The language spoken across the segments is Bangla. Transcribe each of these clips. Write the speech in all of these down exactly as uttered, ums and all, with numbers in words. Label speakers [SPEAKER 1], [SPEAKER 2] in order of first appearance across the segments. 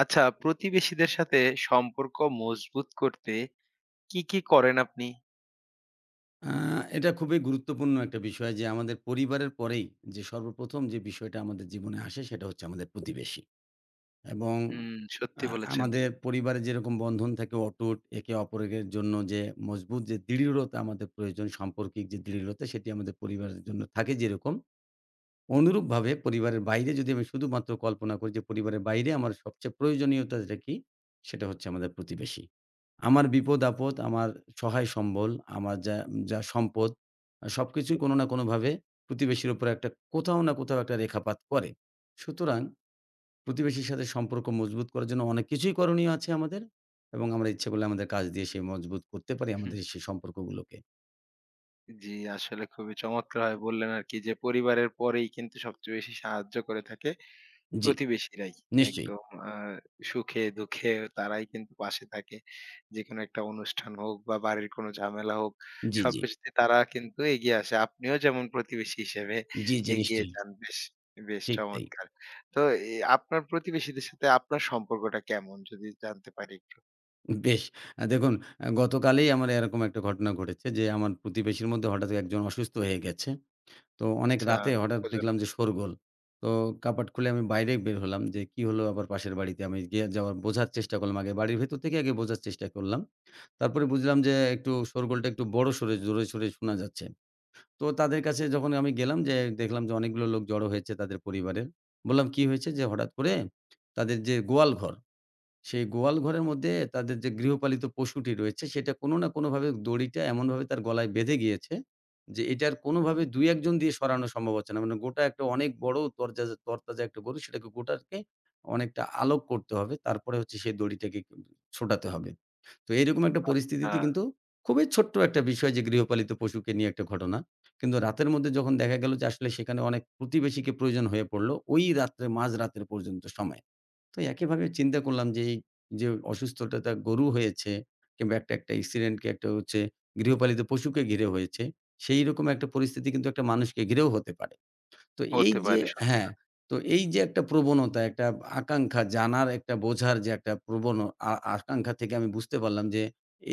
[SPEAKER 1] আচ্ছা, প্রতিবেশীদের সাথে সম্পর্ক মজবুত করতে কি, কি করেন আপনি?
[SPEAKER 2] আ এটা খুবই গুরুত্বপূর্ণ একটা বিষয় যে আমাদের পরিবারের পরেই যে সর্বপ্রথম যে বিষয়টা আমাদের জীবনে আসে সেটা হচ্ছে আমাদের প্রতিবেশী এবং
[SPEAKER 1] হুম, সত্যি
[SPEAKER 2] আ
[SPEAKER 1] বলেছেন।
[SPEAKER 2] আমাদের পরিবারে যেরকম বন্ধন থাকে অটুট একে অপরের জন্য যে মজবুত যে দৃঢ়তা আমাদের প্রয়োজন সাম্পর্কিক যে দৃঢ়তা সেটি আমাদের পরিবারের জন্য থাকে যেরকম অনুরূপভাবে পরিবারের বাইরে যদি আমি শুধুমাত্র কল্পনা করি যে পরিবারের বাইরে আমার সবচেয়ে প্রয়োজনীয়তাটা কি? সেটা হচ্ছে আমাদের প্রতিবেশী। আমার বিপদ-আপদ, আমার সহায় সম্বল, আমার যা, যা সম্পদ আ সবকিছুই কোনো না কোনোভাবে প্রতিবেশীর উপরে একটা কোথাও না কোথাও একটা রেখাপাত করে। সুতরাং প্রতিবেশীর সাথে সম্পর্ক মজবুত করার জন্য অনেক কিছুই করণীয় আছে আমাদের এবং আমরা ইচ্ছে করলে আমাদের কাজ দিয়ে সে মজবুত করতে পারি
[SPEAKER 1] হুম,
[SPEAKER 2] আমাদের সেই সম্পর্কগুলোকে।
[SPEAKER 1] জি, আসলে খুবই চমৎকারভাবে বললেন আরকি যে পরিবারের পরেই কিন্তু সবচেয়ে বেশি সাহায্য করে থাকে
[SPEAKER 2] জি,
[SPEAKER 1] প্রতিবেশীরাই।
[SPEAKER 2] নিশ্চয়ই।
[SPEAKER 1] একদম আ সুখে দুঃখে তারাই কিন্তু পাশে থাকে। যেকোনো একটা অনুষ্ঠান হোক বা বাড়ির কোনো ঝামেলা হোক,
[SPEAKER 2] জি, জি।
[SPEAKER 1] সবকিছুতে তারা কিন্তু এগিয়ে আসে। আপনিও যেমন প্রতিবেশী হিসেবে
[SPEAKER 2] জি, জি
[SPEAKER 1] এগিয়ে
[SPEAKER 2] নিশ্চয়ই।
[SPEAKER 1] যান। বেশ, বেশ
[SPEAKER 2] ঠিক তাই।
[SPEAKER 1] চমৎকার। তো এ আপনার প্রতিবেশীদের সাথে আপনার সম্পর্কটা কেমন? যদি জানতে পারি একটু।
[SPEAKER 2] বেশ। আ দেখুন, আ গতকালেই আমার এরকম একটা ঘটনা ঘটেছে যে, আমার প্রতিবেশীর মধ্যে হঠাৎ একজন অসুস্থ হয়ে গেছে। তো অনেক
[SPEAKER 1] আচ্ছা,
[SPEAKER 2] রাতে হঠাৎ
[SPEAKER 1] দুঃখজনক।
[SPEAKER 2] দেখলাম যে শোরগোল। তো কাপাট খুলে আমি বাইরে বের হলাম যে কি হলো আবার পাশের বাড়িতে। আমি গিয়ে যাওয়ার বোঝার চেষ্টা করলাম আগে। বাড়ির ভেতর থেকে আগে বোঝার চেষ্টা করলাম। তারপরে বুঝলাম যে একটু শোরগোলটা একটু বড় সড়ে জোরে-সোরে শোনা যাচ্ছে। তো তাদের কাছে যখন আমি গেলাম যে দেখলাম যে অনেকগুলো লোক জড়ো হয়েছে তাদের পরিবারের। বললাম, "কি হয়েছে?" যে, "হঠাৎ করে তাদের যে গোয়াল ঘর" সেই গোয়াল ঘরের মধ্যে তাদের যে গৃহপালিত পশুটি রয়েছে সেটা কোনো না কোনোভাবে দড়িটা এমনভাবে তার গলায় বেঁধে গিয়েছে যে এটার কোনোভাবে দুই এক জন দিয়ে সরানো সম্ভব হচ্ছে না। মানে গোটা একটা অনেক বড় তরজাজা তরতাজা একটা গরু সেটাকে গোটাকে অনেকটা আলোক করতে হবে। তারপরে হচ্ছে সেই দড়িটাকে কিন্তু ছোটাতে হবে। তো এরকম একটা পরিস্থিতিতে
[SPEAKER 1] আ
[SPEAKER 2] কিন্তু খুবই ছোট্ট একটা বিষয় যে গৃহপালিত পশুকে নিয়ে একটা ঘটনা। কিন্তু রাতের মধ্যে যখন দেখা গেল যে আসলে সেখানে অনেক প্রতিবেশীকে প্রয়োজন হয়ে পড়ল ওই রাত্রে মাঝরাতের পর্যন্ত সময়। তো একইভাবে চিন্তা করলাম যে এই যে অসুস্থতাটা গরু হয়েছে কিংবা একটা, একটা অ্যাক্সিডেন্টকে একটা হচ্ছে গৃহপালিত পশুকে ঘিরে হয়েছে। সেইরকম একটা পরিস্থিতি কিন্তু একটা মানুষকে ঘিরেও হতে পারে। তো এই
[SPEAKER 1] হতে
[SPEAKER 2] যে
[SPEAKER 1] পারে সত্যি।
[SPEAKER 2] হ্যাঁ, তো এই যে একটা প্রবণতা, একটা আকাঙ্খা জানার একটা বোঝার যে একটা প্রবণ আ আকাঙ্খা থেকে আমি বুঝতে পারলাম যে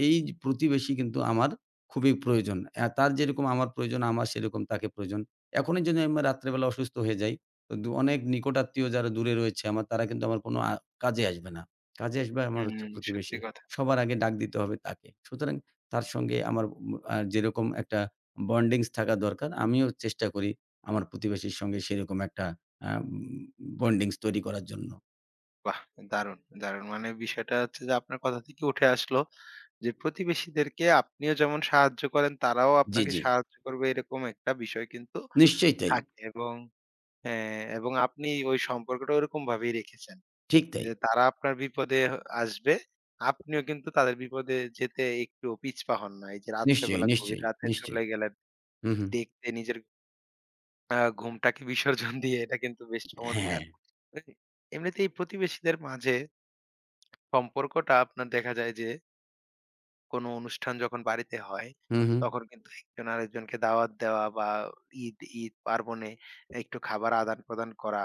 [SPEAKER 2] এই যে প্রতিবেশী কিন্তু আমার খুবই প্রয়োজন। অ্যা তার যেরকম আমার প্রয়োজন, আমার সেরকম তাকে প্রয়োজন। এখনই যদি আমি রাত্রেবেলা অসুস্থ হয়ে যাই, তো দু অনেক নিকটাত্মীয় যারা দূরে রয়েছে আমার, তারা কিন্তু আমার কোনো আ কাজে আসবে না। কাজে আসবে আমার হচ্ছে
[SPEAKER 1] হুম, সত্যি
[SPEAKER 2] প্রতিবেশী।
[SPEAKER 1] কথা।
[SPEAKER 2] সবার আগে ডাক দিতে হবে তাকে। সুতরাং তার সঙ্গে আমার উম আ যেরকম একটা বন্ডিংস থাকা দরকার, আমিও চেষ্টা করি আমার প্রতিবেশীর সঙ্গে সেরকম একটা আ বন্ডিংস তৈরি করার জন্য।
[SPEAKER 1] বাহ! দারুণ, দারুণ। মানে বিষয়টা হচ্ছে যে আপনার কথা থেকে উঠে আসলো যে প্রতিবেশীদেরকে আপনিও যেমন সাহায্য করেন, তারাও
[SPEAKER 2] জি,
[SPEAKER 1] আপনাকে
[SPEAKER 2] জি।
[SPEAKER 1] সাহায্য করবে এরকম একটা বিষয় কিন্তু
[SPEAKER 2] নিশ্চয়ই তাই।
[SPEAKER 1] থাকে। এবং হ্যাঁ, এবং আপনি ওই সম্পর্কটা ওরকম ভাবেই রেখেছেন।
[SPEAKER 2] ঠিক তাই।
[SPEAKER 1] যে তারা আপনার বিপদে হ আসবে, আপনিও কিন্তু তাদের বিপদে যেতে একটুও পিছপা হন না। এই যে
[SPEAKER 2] নিশ্চয়ই,
[SPEAKER 1] রাত্রেবেলা গভীর
[SPEAKER 2] নিশ্চয়ই,
[SPEAKER 1] রাতে
[SPEAKER 2] নিশ্চয়ই।
[SPEAKER 1] চলে গেলেন,
[SPEAKER 2] হু, হু।
[SPEAKER 1] দেখতে নিজের আ ঘুমটাকে বিসর্জন দিয়ে এটা কিন্তু বেশ
[SPEAKER 2] হ্যাঁ।
[SPEAKER 1] চমৎকার। এমনিতেই প্রতিবেশীদের মাঝে সম্পর্কটা আপনার দেখা যায় যে কোনো অনুষ্ঠান যখন বাড়িতে হয়,
[SPEAKER 2] হু, হু।
[SPEAKER 1] তখন কিন্তু একজন আরেকজনকে দাওয়াত দেওয়া বা ঈদ ঈদ পার্বণে একটু খাবার আদান-প্রদান করা,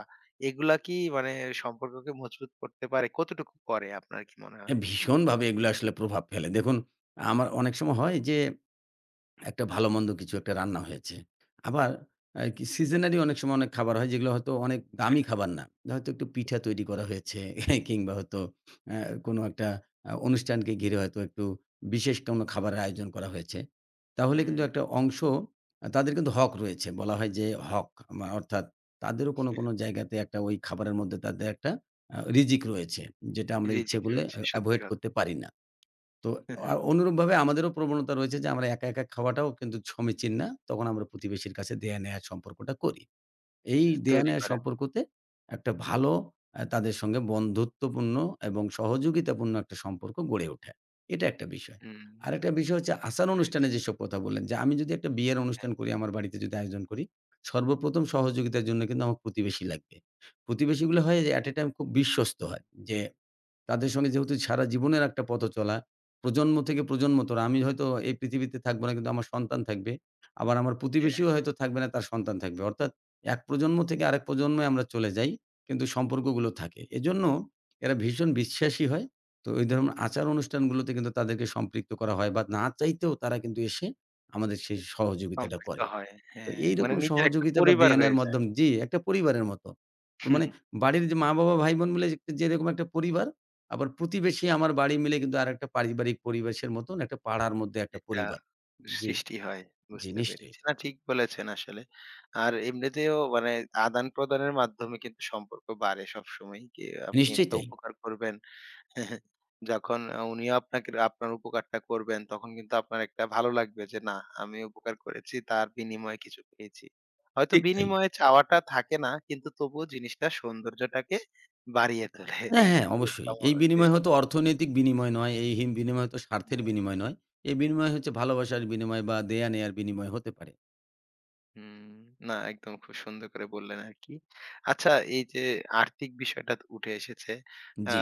[SPEAKER 1] এগুলা কি মানে সম্পর্ককে মজবুত করতে পারে? কতটুকু করে আপনার কি মনে হয়?
[SPEAKER 2] ভীষণভাবে এগুলো আসলে প্রভাব ফেলে। দেখুন, আমার অনেক সময় হয় যে একটা ভালো-মন্দ কিছু একটা রান্না হয়েছে। আবার আ কি সিজনারি অনেক সময় অনেক খাবার হয় যেগুলো হয়তো অনেক দামি খাবার না। হয়তো একটু পিঠা তৈরি করা হয়েছে কিংবা হয়তো অ্যা কোনো একটা আ অনুষ্ঠানকে ঘিরে হয়তো একটু বিশেষ কোনো খাবারের আয়োজন করা হয়েছে। তাহলে কিন্তু
[SPEAKER 1] হুম।
[SPEAKER 2] একটা অংশ আ তাদের কিন্তু হক রয়েছে। বলা হয় যে হক মা অর্থাৎ তাদেরও কোনো, কোনো জায়গাতে একটা ওই খাবারের মধ্যে তাদের একটা আ রিজিক রয়েছে। যেটা আমরা ইচ্ছে
[SPEAKER 1] রিজিক
[SPEAKER 2] করলে
[SPEAKER 1] রয়েছে।
[SPEAKER 2] এ
[SPEAKER 1] সত্যি
[SPEAKER 2] এভয়েড
[SPEAKER 1] কথা।
[SPEAKER 2] করতে পারি না। তো আ অনুরূপভাবে আমাদেরও প্রবণতা রয়েছে যে আমরা একা, একা খাওয়াটাও কিন্তু সমীচীন না। তখন আমরা প্রতিবেশীর কাছে দেয়া-নেয়া সম্পর্কটা করি। এই
[SPEAKER 1] হুম, তৈরি
[SPEAKER 2] দেয়া-নেয়া
[SPEAKER 1] করেন।
[SPEAKER 2] সম্পর্কতে একটা ভালো আ তাদের সঙ্গে বন্ধুত্বপূর্ণ এবং সহযোগিতাপূর্ণ একটা সম্পর্ক গড়ে ওঠে। এটা একটা বিষয়।
[SPEAKER 1] হুম,
[SPEAKER 2] আরেকটা বিষয় হচ্ছে
[SPEAKER 1] বুঝতে
[SPEAKER 2] আচার অনুষ্ঠানে
[SPEAKER 1] পেরেছি।
[SPEAKER 2] যেসব কথা বললেন যে আমি যদি একটা বিয়ের
[SPEAKER 1] হ্যাঁ,
[SPEAKER 2] অনুষ্ঠান করি, আমার বাড়িতে যদি আয়োজন করি, সর্বপ্রথম সহযোগিতার জন্য কিন্তু আমার প্রতিবেশী লাগবে। প্রতিবেশীগুলো হয় যে এট a টাইম খুব বিশ্বস্ত হয় যে তাদের সঙ্গে যেহেতু সারা জীবনের একটা পথ চলা, প্রজন্ম থেকে প্রজন্মতর আমি হয়তো এই পৃথিবীতে থাকবো না কিন্তু আমার সন্তান থাকবে। আবার আমার
[SPEAKER 1] হ্যাঁ,
[SPEAKER 2] প্রতিবেশীও হয়তো থাকবে না তার সন্তান থাকবে। অর্থাৎ এক প্রজন্ম থেকে আরেক প্রজন্মে আমরা চলে যাই। কিন্তু সম্পর্কগুলো থাকে। এজন্য এরা ভীষণ বিশ্বাসী হয়। তো ওই ধরনের আচার অনুষ্ঠানগুলোতে কিন্তু তাদেরকে সম্পৃক্ত করা হয় বা না চাইতেও তারা কিন্তু এসে আমাদের সেই সহযোগিতাটা
[SPEAKER 1] সম্পৃক্ত
[SPEAKER 2] করে।
[SPEAKER 1] হয়।
[SPEAKER 2] তো
[SPEAKER 1] হ্যাঁ, মানে
[SPEAKER 2] এইরকম
[SPEAKER 1] নিজের একটা
[SPEAKER 2] সহযোগিতা বা
[SPEAKER 1] পরিবার
[SPEAKER 2] দেয়া-নেয়ার
[SPEAKER 1] হয়ে
[SPEAKER 2] মাধ্যম জি, একটা পরিবারের মতো। তো মানে
[SPEAKER 1] যায়।
[SPEAKER 2] বাড়ির যে মা-বাবা, ভাই-বোন মিলে যে যেরকম একটা পরিবার, আবার প্রতিবেশী আমার বাড়ি মিলে কিন্তু আরেকটা পারিবারিক পরিবেশের মতন একটা পাড়ার মধ্যে একটা
[SPEAKER 1] একটা
[SPEAKER 2] পরিবার। জি,
[SPEAKER 1] সৃষ্টি হয়।
[SPEAKER 2] জি
[SPEAKER 1] বুঝতে
[SPEAKER 2] নিশ্চয়ই,
[SPEAKER 1] পেরেছি। না ঠিক বলেছেন আসলে। আর এমনিতেও মানে আদান-প্রদানের মাধ্যমে কিন্তু সম্পর্ক বাড়ে সবসময়ই। কি আপনি
[SPEAKER 2] নিশ্চয়ই
[SPEAKER 1] একটা
[SPEAKER 2] তাই।
[SPEAKER 1] উপকার করবেন, যখন আ উনিও আপনাকে আপনার উপকারটা করবেন তখন কিন্তু আপনার একটা ভালো লাগবে যে না, আমি উপকার করেছি তার বিনিময়ে কিছু পেয়েছি। হয়তো
[SPEAKER 2] ঠিক তাই।
[SPEAKER 1] বিনিময়ে চাওয়াটা থাকে না কিন্তু তবুও জিনিসটা সৌন্দর্যটাকে বাড়িয়ে তোলে।
[SPEAKER 2] হ্যাঁ, হ্যাঁ
[SPEAKER 1] বেশ
[SPEAKER 2] অবশ্যই। এই
[SPEAKER 1] চমৎ বেশ
[SPEAKER 2] বিনিময় হয়তো অর্থনৈতিক বিনিময় নয়, এই হিম বিনিময় হয়তো স্বার্থের
[SPEAKER 1] চমৎ
[SPEAKER 2] বিনিময় নয়। এই বিনিময় হচ্ছে ভালোবাসার বিনিময় বা দেয়া-নেয়ার বিনিময় হতে পারে।
[SPEAKER 1] হুম, না একদম খুব সুন্দর করে বললেন আরকি। আচ্ছা, এই যে আর্থিক বিষয়টা তো উঠে এসেছে। আ
[SPEAKER 2] জি।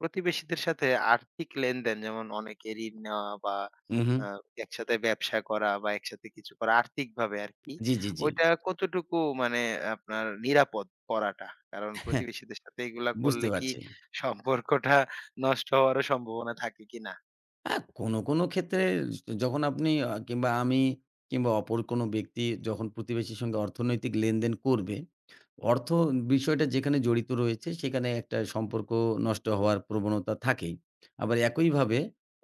[SPEAKER 1] প্রতিবেশীদের সাথে আর্থিক লেনদেন যেমন অনেকে ঋণ নেওয়া বা
[SPEAKER 2] উহু।
[SPEAKER 1] আ একসাথে ব্যবসা করা বা একসাথে কিছু করা আর্থিকভাবে আরকি।
[SPEAKER 2] জি, জি, জি।
[SPEAKER 1] ওইটা কতটুকু মানে আপনার নিরাপদ করাটা? কারণ
[SPEAKER 2] হ্যাঁ,
[SPEAKER 1] প্রতিবেশীদের সাথে এগুলা
[SPEAKER 2] বুঝতে
[SPEAKER 1] করলে কি
[SPEAKER 2] পারছি।
[SPEAKER 1] সম্পর্কটা নষ্ট হওয়ারও সম্ভাবনা থাকে কিনা?
[SPEAKER 2] কোনো, কোনো ক্ষেত্রে যখন আপনি আ কিংবা আমি কিংবা অপর কোনো ব্যক্তি যখন প্রতিবেশীর সঙ্গে অর্থনৈতিক লেনদেন করবে, অর্থ বিষয়টা যেখানে জড়িত রয়েছে সেখানে একটা সম্পর্ক নষ্ট হওয়ার প্রবণতা থাকেই। আবার একইভাবে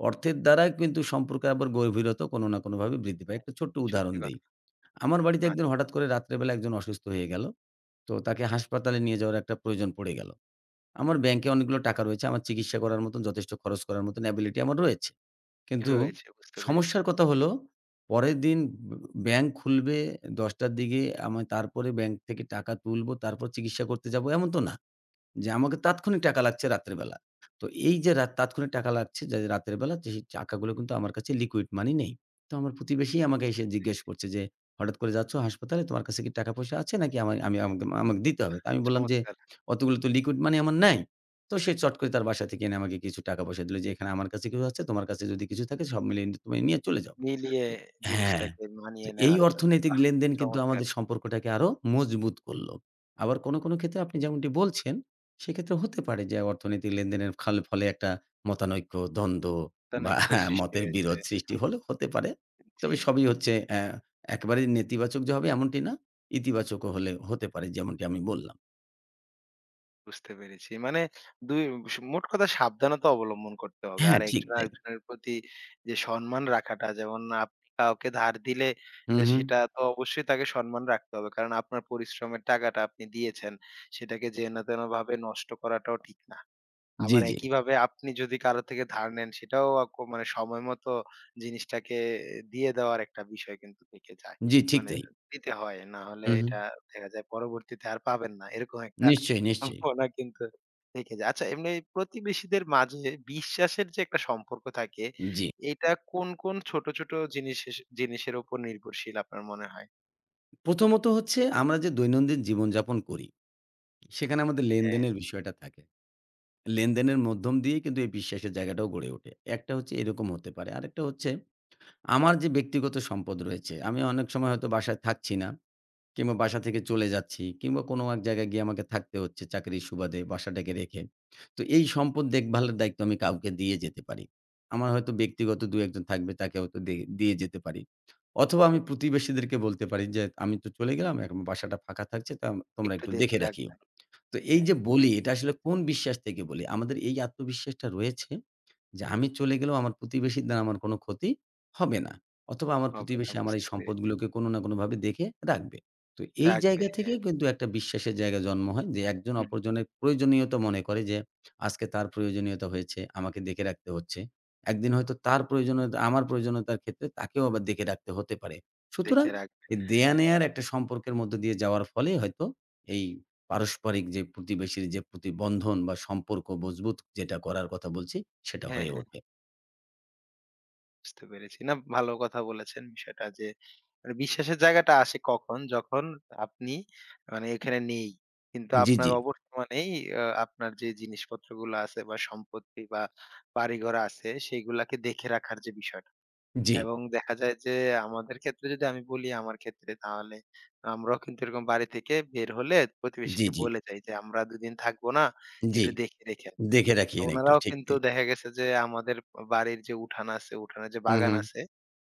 [SPEAKER 2] অর্থের দ্বারা কিন্তু সম্পর্কের আবার গভীরতা কোনো না কোনোভাবে বৃদ্ধি পায়। একটা ছোট্ট উদাহরণ
[SPEAKER 1] সত্যি
[SPEAKER 2] দেই।
[SPEAKER 1] কথা।
[SPEAKER 2] আমার বাড়িতে একদিন
[SPEAKER 1] আচ্ছা,
[SPEAKER 2] হঠাৎ করে রাত্রে বেলা একজন অসুস্থ হয়ে গেল। তো তাকে হাসপাতালে নিয়ে যাওয়ার একটা প্রয়োজন পড়ে গেল। আমার ব্যাংকে অনেকগুলো টাকা রয়েছে। আমার চিকিৎসা করার মতন যথেষ্ট খরচ করার মতন এবিলিটি আমার রয়েছে। কিন্তু
[SPEAKER 1] রয়েছে বুঝতে পেরেছি।
[SPEAKER 2] সমস্যার কথা হলো, পরের দিন ব ব্যাংক খুলবে দশ টার দিকে আমি তারপরে ব্যাংক থেকে টাকা তুলবো, তারপর চিকিৎসা করতে যাবো এমন তো না। যে আমাকে তাৎক্ষণিক টাকা লাগছে রাত্রেবেলা। তো এই যে রাত তাৎক্ষণিক টাকা লাগছে যে রাতের বেলা তো সেই টাকাগুলো কিন্তু আমার কাছে লিকুইড মানি নেই। তো আমার প্রতিবেশী আমাকে এসে জিজ্ঞেস করছে যে, "হঠাৎ করে যাচ্ছ হাসপাতালে তোমার কাছে কি টাকা-পয়সা আছে নাকি আমায় আমি আমাকে আমাকে দিতে হবে?" তো আমি বললাম যে,
[SPEAKER 1] চমৎকার!
[SPEAKER 2] "অতগুলো তো লিকুইড মানি আমার নাই।" তো সে চট করে তার বাসা থেকে এনে আমাকে কিছু টাকা-পয়সা দিল যে, "এখানে আমার কাছে কিছু আছে, তোমার কাছে যদি কিছু থাকে সব মিলিয়ে তুমি নিয়ে চলে যাও।"
[SPEAKER 1] মিলিয়ে
[SPEAKER 2] হ্যাঁ।
[SPEAKER 1] জিনিসটাকে
[SPEAKER 2] তো
[SPEAKER 1] মানিয়ে
[SPEAKER 2] এই
[SPEAKER 1] নেওয়ার জন্য।
[SPEAKER 2] অর্থনৈতিক
[SPEAKER 1] বাহ!
[SPEAKER 2] লেনদেন কিন্তু
[SPEAKER 1] চমৎকার
[SPEAKER 2] আমাদের সম্পর্কটাকে আরো মজবুত করলো। আবার কোনো, কোনো ক্ষেত্রে আপনি যেমনটি বলছেন, সেক্ষেত্রে হতে পারে যে অর্থনৈতিক লেনদেনের খাল ফলে একটা মতানৈক্য, দ্বন্দ্ব বা
[SPEAKER 1] চাণক্য সৃষ্টি
[SPEAKER 2] মতের
[SPEAKER 1] হয়েছে।
[SPEAKER 2] বিরোধ সৃষ্টি
[SPEAKER 1] হুম,
[SPEAKER 2] হলেও হতে পারে।
[SPEAKER 1] জি,
[SPEAKER 2] তবে সবই হচ্ছে অ্যা একেবারে নেতিবাচক যে হবে এমনটি না। ইতিবাচকও হলে হতে পারে যেমনটি আমি বললাম।
[SPEAKER 1] বুঝতে পেরেছি। মানে দুই স মোট কথা সাবধানতা অবলম্বন করতে হবে।
[SPEAKER 2] হ্যাঁ,
[SPEAKER 1] আর
[SPEAKER 2] ঠিক
[SPEAKER 1] একজন
[SPEAKER 2] তাই।
[SPEAKER 1] আরেকজনের প্রতি যে সম্মান রাখাটা যেমন আপনি কাউকে ধার দিলে
[SPEAKER 2] হুম,
[SPEAKER 1] এ
[SPEAKER 2] হুম।
[SPEAKER 1] সেটা তো অবশ্যই তাকে সম্মান রাখতে হবে। কারণ আপনার পরিশ্রমের টাকাটা আপনি দিয়েছেন। সেটাকে যেনতেনভাবে নষ্ট করাটাও ঠিক না।
[SPEAKER 2] জি,
[SPEAKER 1] আবার
[SPEAKER 2] জি।
[SPEAKER 1] একইভাবে আপনি যদি কারো থেকে ধার নেন সেটাও আ কো মানে সময় মতো জিনিসটাকে দিয়ে দেওয়ার একটা বিষয় কিন্তু থেকে যায়।
[SPEAKER 2] জি, ঠিক
[SPEAKER 1] মানে
[SPEAKER 2] তাই।
[SPEAKER 1] দিতে হয়। না হলে
[SPEAKER 2] হুম, হুম।
[SPEAKER 1] এটা দেখা যায় পরবর্তীতে আর পাবেন না। এরকম একটা
[SPEAKER 2] নিশ্চয়ই, নিশ্চয়ই।
[SPEAKER 1] সম্ভাবনা কিন্তু থেকে যায়। আচ্ছা, এমনি প্রতিবেশীদের মাঝে বিশ্বাসের যে একটা সম্পর্ক থাকে,
[SPEAKER 2] জি।
[SPEAKER 1] এটা কোন, কোন ছোট, ছোট জিনিসেস জিনিসের উপর নির্ভরশীল আপনার মনে হয়?
[SPEAKER 2] প্রথমত হচ্ছে আমরা যে দৈনন্দিন জীবনযাপন করি সেখানে আমাদের
[SPEAKER 1] হ্যাঁ,
[SPEAKER 2] লেনদেনের বিষয়টা থাকে। লেনদেনের মধ্যম দিয়েই কিন্তু এই বিশ্বাসের জায়গাটাও গড়ে ওঠে। একটা হচ্ছে এরকম হতে পারে। আরেকটা হচ্ছে আমার যে ব্যক্তিগত সম্পদ রয়েছে, আমি অনেক সময় হয়তো বাসায় থাকছি না কিংবা বাসা থেকে চলে যাচ্ছি কিংবা কোনো এক জায়গায় গিয়ে আমাকে থাকতে হচ্ছে চাকরির সুবাদে বাসাটাকে রেখে। তো এই সম্পদ দেখভালের দায়িত্ব আমি কাউকে দিয়ে যেতে পারি। আমার হয়তো ব্যক্তিগত দুই এক জন থাকবে তাকে হয়তো দে দিয়ে যেতে পারি। অথবা আমি প্রতিবেশীদেরকে বলতে পারি যে, "আমি তো চলে গেলাম। এখন বাসাটা ফাঁকা থাকছে তা তোমরা
[SPEAKER 1] একটু
[SPEAKER 2] একটু
[SPEAKER 1] দেখে
[SPEAKER 2] দেখে রাখিও।"
[SPEAKER 1] রাখবেন।
[SPEAKER 2] তো এই
[SPEAKER 1] হ্যাঁ,
[SPEAKER 2] যে বলি, এটা আসলে কোন বিশ্বাস থেকে বলি? আমাদের এই আত্মবিশ্বাসটা রয়েছে যে, আমি চলে গেলেও আমার প্রতিবেশীর দ্বারা আমার কোনো ক্ষতি হবে না। অথবা আমার
[SPEAKER 1] হবে না
[SPEAKER 2] প্রতিবেশী আমার এই
[SPEAKER 1] বুঝতে পেরেছি।
[SPEAKER 2] সম্পদগুলোকে কোনো না কোনোভাবে দেখে রাখবে। তো এই
[SPEAKER 1] রাখবে।
[SPEAKER 2] জায়গা থেকেই কিন্তু একটা বিশ্বাসের জায়গা জন্ম হয় যে, একজন
[SPEAKER 1] হুম,
[SPEAKER 2] অপরজনের প্রয়োজনীয়তা মনে করে যে, আজকে তার প্রয়োজনীয়তা হয়েছে, আমাকে দেখে রাখতে হচ্ছে। একদিন হয়তো তার প্রয়োজনীয়তা আমার প্রয়োজনীয়তার ক্ষেত্রে তাকেও আবার দেখে রাখতে হতে পারে। সুতরাং
[SPEAKER 1] দেখে রাখবে।
[SPEAKER 2] এই দেয়া
[SPEAKER 1] হ্যাঁ,
[SPEAKER 2] নেয়ার একটা সম্পর্কের মধ্য দিয়ে যাওয়ার ফলেই হয়তো এই পারস্পরিক যে প্রতিবেশীর যে প্রতিবন্ধন বা সম্পর্ক মজবুত যেটা করার কথা বলছি, সেটা
[SPEAKER 1] হ্যাঁ,
[SPEAKER 2] হয়ে
[SPEAKER 1] হ্যাঁ।
[SPEAKER 2] ওঠে।
[SPEAKER 1] বুঝতে পেরেছি। না ভালো কথা বলেছেন বিষয়টা যে মানে বিশ্বাসের জায়গাটা আসে কখন? যখন আপনি মানে এখানে নেই। কিন্তু
[SPEAKER 2] জি, জি,
[SPEAKER 1] আপনার অবর্তমানেই আ আপনার যে জিনিসপত্রগুলো আছে বা সম্পত্তি বা বাড়িঘর আছে সেগুলাকে দেখে রাখার যে বিষয়টা।
[SPEAKER 2] জি,
[SPEAKER 1] এবং দেখা যায় যে আমাদের ক্ষেত্রে যদি আমি বলি আমার ক্ষেত্রে তাহলে আমরাও কিন্তু এরকম বাড়ি থেকে বের হলে
[SPEAKER 2] জি,
[SPEAKER 1] প্রতিবেশীকে
[SPEAKER 2] জি,
[SPEAKER 1] বলে যাই যে আমরা দুদিন থাকবো না,
[SPEAKER 2] জি।
[SPEAKER 1] একটু দেখে রেখেন।
[SPEAKER 2] দেখে রাখিয়েন একটু,
[SPEAKER 1] ওনারাও
[SPEAKER 2] ঠিক
[SPEAKER 1] কিন্তু
[SPEAKER 2] তাই।
[SPEAKER 1] দেখা গেছে যে আমাদের বাড়ির যে উঠান আছে, উঠানে যে
[SPEAKER 2] হুম,
[SPEAKER 1] বাগান
[SPEAKER 2] হুম।
[SPEAKER 1] আছে,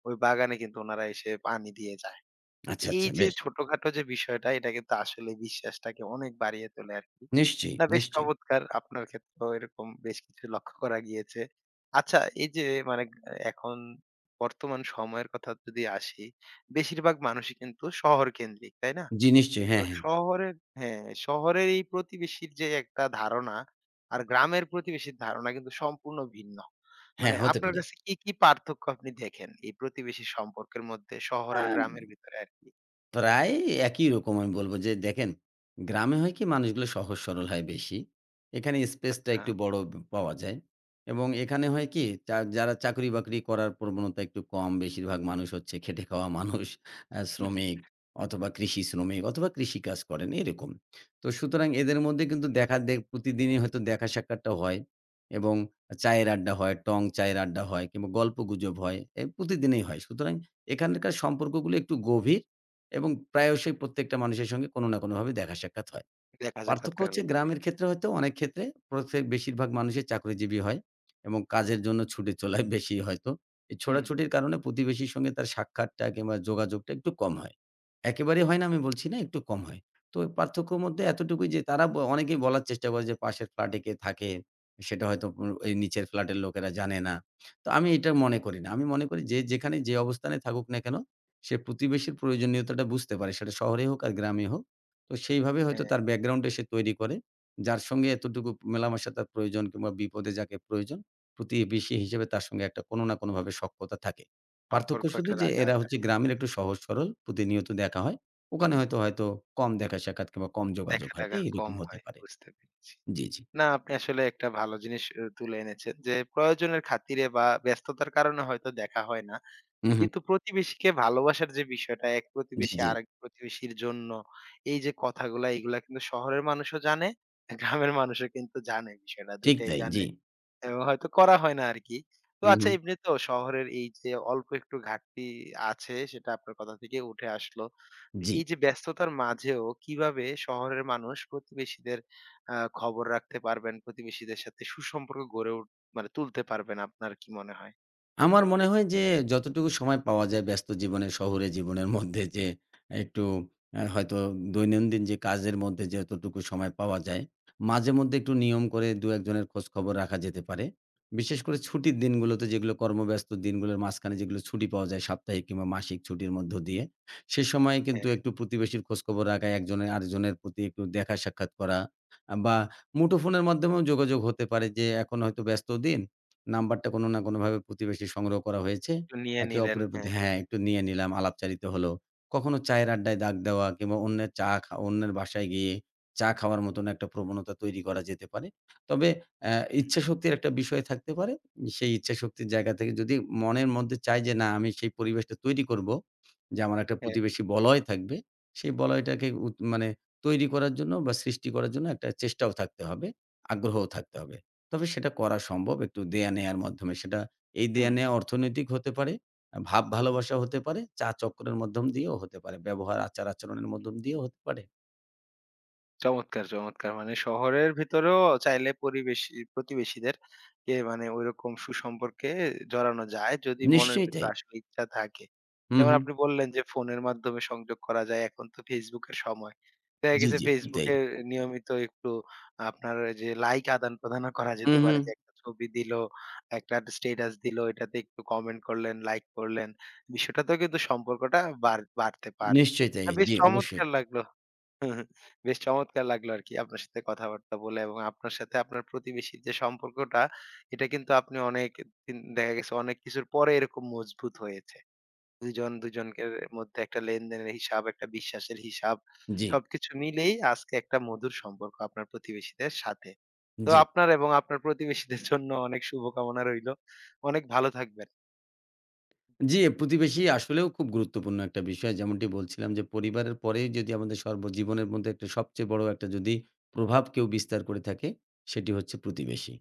[SPEAKER 1] ওই বাগানে কিন্তু ওনারা এসে পানি দিয়ে যায়।
[SPEAKER 2] আচ্ছা,
[SPEAKER 1] এই
[SPEAKER 2] আচ্ছা
[SPEAKER 1] যে
[SPEAKER 2] বেশ।
[SPEAKER 1] ছোটখাটো যে বিষয়টা এটা কিন্তু আসলে বিশ্বাসটাকে অনেক বাড়িয়ে তোলে আরকি।
[SPEAKER 2] নিশ্চয়ই,
[SPEAKER 1] না বেশ
[SPEAKER 2] নিশ্চয়ই।
[SPEAKER 1] চমৎকার! আপনার ক্ষেত্রেও এরকম বেশ কিছু লক্ষ্য করা গিয়েছে। আচ্ছা, এই যে মানে এখন বর্তমান সময়ের কথা যদি আসি, বেশিরভাগ মানুষই কিন্তু শহরকেন্দ্রিক, তাই না?
[SPEAKER 2] জি, নিশ্চয়ই।
[SPEAKER 1] তো
[SPEAKER 2] হ্যাঁ, হ্যাঁ।
[SPEAKER 1] শহরের হ্যাঁ, শহরের এই প্রতিবেশীর যে একটা ধারণা আর গ্রামের প্রতিবেশীর ধারণা কিন্তু সম্পূর্ণ ভিন্ন।
[SPEAKER 2] হ্যাঁ,
[SPEAKER 1] মানে
[SPEAKER 2] হতে
[SPEAKER 1] আপনার
[SPEAKER 2] পারে।
[SPEAKER 1] কাছে কি, কি পার্থক্য আপনি দেখেন এই প্রতিবেশী সম্পর্কের মধ্যে শহর
[SPEAKER 2] আ
[SPEAKER 1] আর গ্রামের ভিতরে আরকি?
[SPEAKER 2] প্রায় একই রকম আমি বলব যে দেখেন, গ্রামে হয় কি মানুষগুলো সহজ সরল হয় বেশি। এখানে স্পেসটা
[SPEAKER 1] আচ্ছা।
[SPEAKER 2] একটু বড় ব পাওয়া যায় এবং এখানে হয় কি যা যারা চাকরি-বাকরি করার প্রবণতা একটু কম, বেশিরভাগ মানুষ হচ্ছে খেটে খাওয়া মানুষ, অ্যা
[SPEAKER 1] হুম হুম।
[SPEAKER 2] শ্রমিক অথবা কৃষি শ্রমিক অথবা কৃষিকাজ করেন এরকম। তো সুতরাং এদের মধ্যে কিন্তু দেখা দে প্রতিদিনই হয়তো দেখা সাক্ষাৎটা হয় এবং চায়ের আড্ডা হয়, টং চায়ের আড্ডা হয় কিংবা গল্পগুজব হয়। এ প্রতিদিনই হয়। সুতরাং এখানকার সম্পর্কগুলো একটু গভীর এবং প্রায়শই প্রত্যেকটা মানুষের সঙ্গে কোনো না কোনোভাবে দেখা সাক্ষাৎ হয়।
[SPEAKER 1] দেখা
[SPEAKER 2] পার্থক্য
[SPEAKER 1] সাক্ষাৎকার
[SPEAKER 2] হচ্ছে
[SPEAKER 1] হচ্ছেই।
[SPEAKER 2] গ্রামের ক্ষেত্রে হয়তো অনেক ক্ষেত্রে প্রত্যেক বেশিরভাগ মানুষই চাকরিজীবী হয় এবং কাজের জন্য ছুটে চলায় বেশি হয়তো। এই
[SPEAKER 1] হুম। হুম।
[SPEAKER 2] ছোটাছুটির কারণে প্রতিবেশীর সঙ্গে তার সাক্ষাৎটা কিংবা যোগাযোগটা একটু কম হয়। একেবারেই হয় না আমি বলছি না, একটু কম হয়। তো ওই পার্থক্যর মধ্যে এতটুকুই যে তারা ব অনেকেই বলার চেষ্টা করে যে পাশের ফ্ল্যাটে কে থাকে সেটা হয়তো উ এই নিচের ফ্ল্যাটের লোকেরা জানে না। তো আমি এটা মনে করি না। আমি মনে করি যে যেখানে যে অবস্থানে থাকুক না কেন সে প্রতিবেশীর প্রয়োজনীয়তাটা বুঝতে পারে। সেটা শহরেই হোক আর গ্রামে হোক। তো সেইভাবে হয়তো
[SPEAKER 1] হ্যাঁ,
[SPEAKER 2] তার ব্যাকগ্রাউন্ডে সে তৈরি করে। যার সঙ্গে এতটুকু মেলামেশা তার প্রয়োজন কিংবা বিপদে যাকে প্রয়োজন, প্রতিবেশী হিসেবে তার সঙ্গে একটা কোনো না কোনোভাবে সখ্যতা থাকে। পার্থক্য
[SPEAKER 1] সম্পর্ক
[SPEAKER 2] শুধু
[SPEAKER 1] একটা
[SPEAKER 2] যে
[SPEAKER 1] রাখা
[SPEAKER 2] এরা হচ্ছে
[SPEAKER 1] যায়।
[SPEAKER 2] গ্রামের একটু সহজ সরল, প্রতিনিয়ত দেখা হয়।
[SPEAKER 1] হুম,
[SPEAKER 2] ওখানে
[SPEAKER 1] হুম।
[SPEAKER 2] হয়তো, হয়তো কম দেখা সাক্ষাৎ কিংবা কম যোগাযোগ হয়।
[SPEAKER 1] দেখা-টাখা
[SPEAKER 2] এইরকম
[SPEAKER 1] কম
[SPEAKER 2] হতে
[SPEAKER 1] হয়,
[SPEAKER 2] পারে।
[SPEAKER 1] বুঝতে পেরেছি।
[SPEAKER 2] জি, জি।
[SPEAKER 1] না আপনি আসলে একটা ভালো জিনিস অ তুলে এনেছেন যে প্রয়োজনের খাতিরে বা ব্যস্ততার কারণে হয়তো দেখা হয় না।
[SPEAKER 2] হু, হু।
[SPEAKER 1] কিন্তু প্রতিবেশীকে ভালোবাসার যে বিষয়টা, এক
[SPEAKER 2] জি,
[SPEAKER 1] প্রতিবেশী
[SPEAKER 2] জি।
[SPEAKER 1] আরেক প্রতিবেশীর জন্য এই যে কথাগুলা এগুলা কিন্তু শহরের মানুষও জানে, গ্রামের মানুষও কিন্তু জানে বিষয়টা। দুই
[SPEAKER 2] ঠিক
[SPEAKER 1] টাই
[SPEAKER 2] তাই।
[SPEAKER 1] জানে
[SPEAKER 2] জি।
[SPEAKER 1] এবং হয়তো করা হয় না আরকি। তো
[SPEAKER 2] হু, হু।
[SPEAKER 1] আচ্ছা, এমনি তো শহরের এই যে অল্প একটু ঘাটতি আছে সেটা আপনার কথা থেকে উঠে আসলো। তো
[SPEAKER 2] জি।
[SPEAKER 1] এই যে ব্যস্ততার মাঝেও কিভাবে শহরের মানুষ প্রতিবেশীদের আ খবর রাখতে পারবেন, প্রতিবেশীদের সাথে সুসম্পর্ক গড়ে উঠ মানে তুলতে পারবেন আপনার কি মনে হয়?
[SPEAKER 2] আমার মনে হয় যে যতটুকু সময় পাওয়া যায় ব্যস্ত জীবনে, শহুরে জীবনের মধ্যে যে একটু অ্যা হয়তো দৈনন্দিন যে কাজের মধ্যে যতটুকু সময় পাওয়া যায়, মাঝেমধ্যে একটু নিয়ম করে দুই এক জনের খোঁজখবর রাখা যেতে পারে। বিশেষ করে ছুটির দিনগুলোতে যেগুলো কর্মব্যস্ত দিনগুলোর মাঝখানে যেগুলো ছুটি পাওয়া যায় সাপ্তাহিক কিংবা মাসিক ছুটির মধ্য দিয়ে, সে সময়ে কিন্তু
[SPEAKER 1] হ্যাঁ,
[SPEAKER 2] একটু প্রতিবেশীর খোঁজখবর রাখা, একজনের আরেকজনের প্রতি একটু দেখা সাক্ষাৎ করা আ বা মুঠোফোনের মাধ্যমেও যোগাযোগ হতে পারে যে এখন হয়তো ব্যস্ত দিন। নাম্বারটা কোনো না কোনোভাবে প্রতিবেশীর সংগ্রহ করা হয়েছে।
[SPEAKER 1] একটু নিয়ে
[SPEAKER 2] একে
[SPEAKER 1] নিলেন।
[SPEAKER 2] অপরের প্রতি
[SPEAKER 1] হ্যাঁ,
[SPEAKER 2] হ্যাঁ, একটু নিয়ে নিলাম, আলাপচারিতা হলো। কখনো চায়ের আড্ডায় ডাক দেওয়া কিংবা অন্যের চা খা অন্যের বাসায় গিয়ে চা খাওয়ার মতন একটা প্রবণতা তৈরি করা যেতে পারে। তবে অ্যা
[SPEAKER 1] হুম।
[SPEAKER 2] ইচ্ছাশক্তির একটা বিষয় থাকতে পারে। সেই ইচ্ছাশক্তির জায়গা থেকে যদি মনের মধ্যে চাই যে না আমি সেই পরিবেশটা তৈরি করব, যে আমার একটা
[SPEAKER 1] হ্যাঁ,
[SPEAKER 2] প্রতিবেশী বলয় থাকবে, সেই বলয়টাকে উত মানে তৈরি করার জন্য বা সৃষ্টি করার জন্য একটা চেষ্টাও থাকতে হবে, আগ্রহও থাকতে হবে। তবে সেটা করা সম্ভব একটু দেয়া-নেয়ার মাধ্যমে। সেটা এই
[SPEAKER 1] হুম।
[SPEAKER 2] দেয়া-নেয়া অর্থনৈতিক হতে পারে, আ ভাব ভালোবাসা হতে পারে, চা-চক্করের মাধ্যম দিয়েও হতে পারে, ব্যবহার, আচার-আচরণের মাধ্যম দিয়েও হতে পারে।
[SPEAKER 1] চমৎকার, চমৎকার। মানে শহরের ভিতরেও চাইলে পরিবেশী প্রতিবেশীদের কে মানে ঐরকম সুসম্পর্কে জড়ানো যায় যদি মনের
[SPEAKER 2] নিশ্চয়ই
[SPEAKER 1] ভিতরে
[SPEAKER 2] তাই।
[SPEAKER 1] আসলে ইচ্ছা থাকে।
[SPEAKER 2] হু,
[SPEAKER 1] যেমন
[SPEAKER 2] হু।
[SPEAKER 1] আপনি বললেন যে ফোনের মাধ্যমে সংযোগ করা যায়। এখন তো Facebook এর সময়। দেখা
[SPEAKER 2] জি,
[SPEAKER 1] গেছে
[SPEAKER 2] জি, ঠিক
[SPEAKER 1] Facebook
[SPEAKER 2] তাই।
[SPEAKER 1] এ নিয়মিত একটু আপনার ওই যে লাইক আদান-প্রদানও করা
[SPEAKER 2] হু,
[SPEAKER 1] যেতে
[SPEAKER 2] হু।
[SPEAKER 1] পারে যে একটা ছবি দিল, একটা স্ট্যাটাস দিল, এটাতে একটু কমেন্ট করলেন, লাইক করলেন। বিষয়টাতেও কিন্তু সম্পর্কটা বাড় বাড়তে পারে।
[SPEAKER 2] নিশ্চয়ই তাই।
[SPEAKER 1] আ বেশ
[SPEAKER 2] জি, অবশ্যই।
[SPEAKER 1] চমৎকার লাগলো। বেশ চমৎকার লাগলো আরকি আপনার সাথে কথাবার্তা বলে এবং আপনার সাথে আপনার প্রতিবেশীর যে সম্পর্কটা এটা কিন্তু আপনি অনেক দিন দেখা গেছে অনেক কিছুর পরে এরকম মজবুত হয়েছে। দুজন দুজনকে মধ্যে একটা লেনদেনের হিসাব, একটা বিশ্বাসের হিসাব
[SPEAKER 2] জি,
[SPEAKER 1] সবকিছু মিলেই আজকে একটা মধুর সম্পর্ক আপনার প্রতিবেশীদের সাথে। তো
[SPEAKER 2] জি।
[SPEAKER 1] আপনার এবং আপনার প্রতিবেশীদের জন্য অনেক শুভকামনা রইলো। অনেক ভালো থাকবেন।
[SPEAKER 2] জি, প্রতিবেশী আসলেও খুব গুরুত্বপূর্ণ একটা বিষয়। যেমনটি বলছিলাম যে, পরিবারের পরেই যদি আমাদের সর্বজীবনের মধ্যে একটা সবচেয়ে বড় একটা যদি প্রভাব কেউ বিস্তার করে থাকে, সেটি হচ্ছে প্রতিবেশী।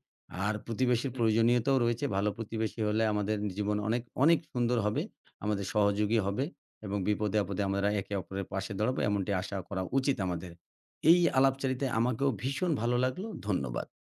[SPEAKER 2] আর প্রতিবেশীর প্রয়োজনীয়তাও রয়েছে। ভালো প্রতিবেশী হলে আমাদের জীবন অনেক, অনেক সুন্দর হবে। আমাদের সহযোগী হবে এবং বিপদে-আপদে আমরা একে অপরের পাশে দাঁড়াবো এমনটি আশা করা উচিত আমাদের। এই আলাপচারিতায় আমাকেও ভীষণ ভালো লাগলো। ধন্যবাদ।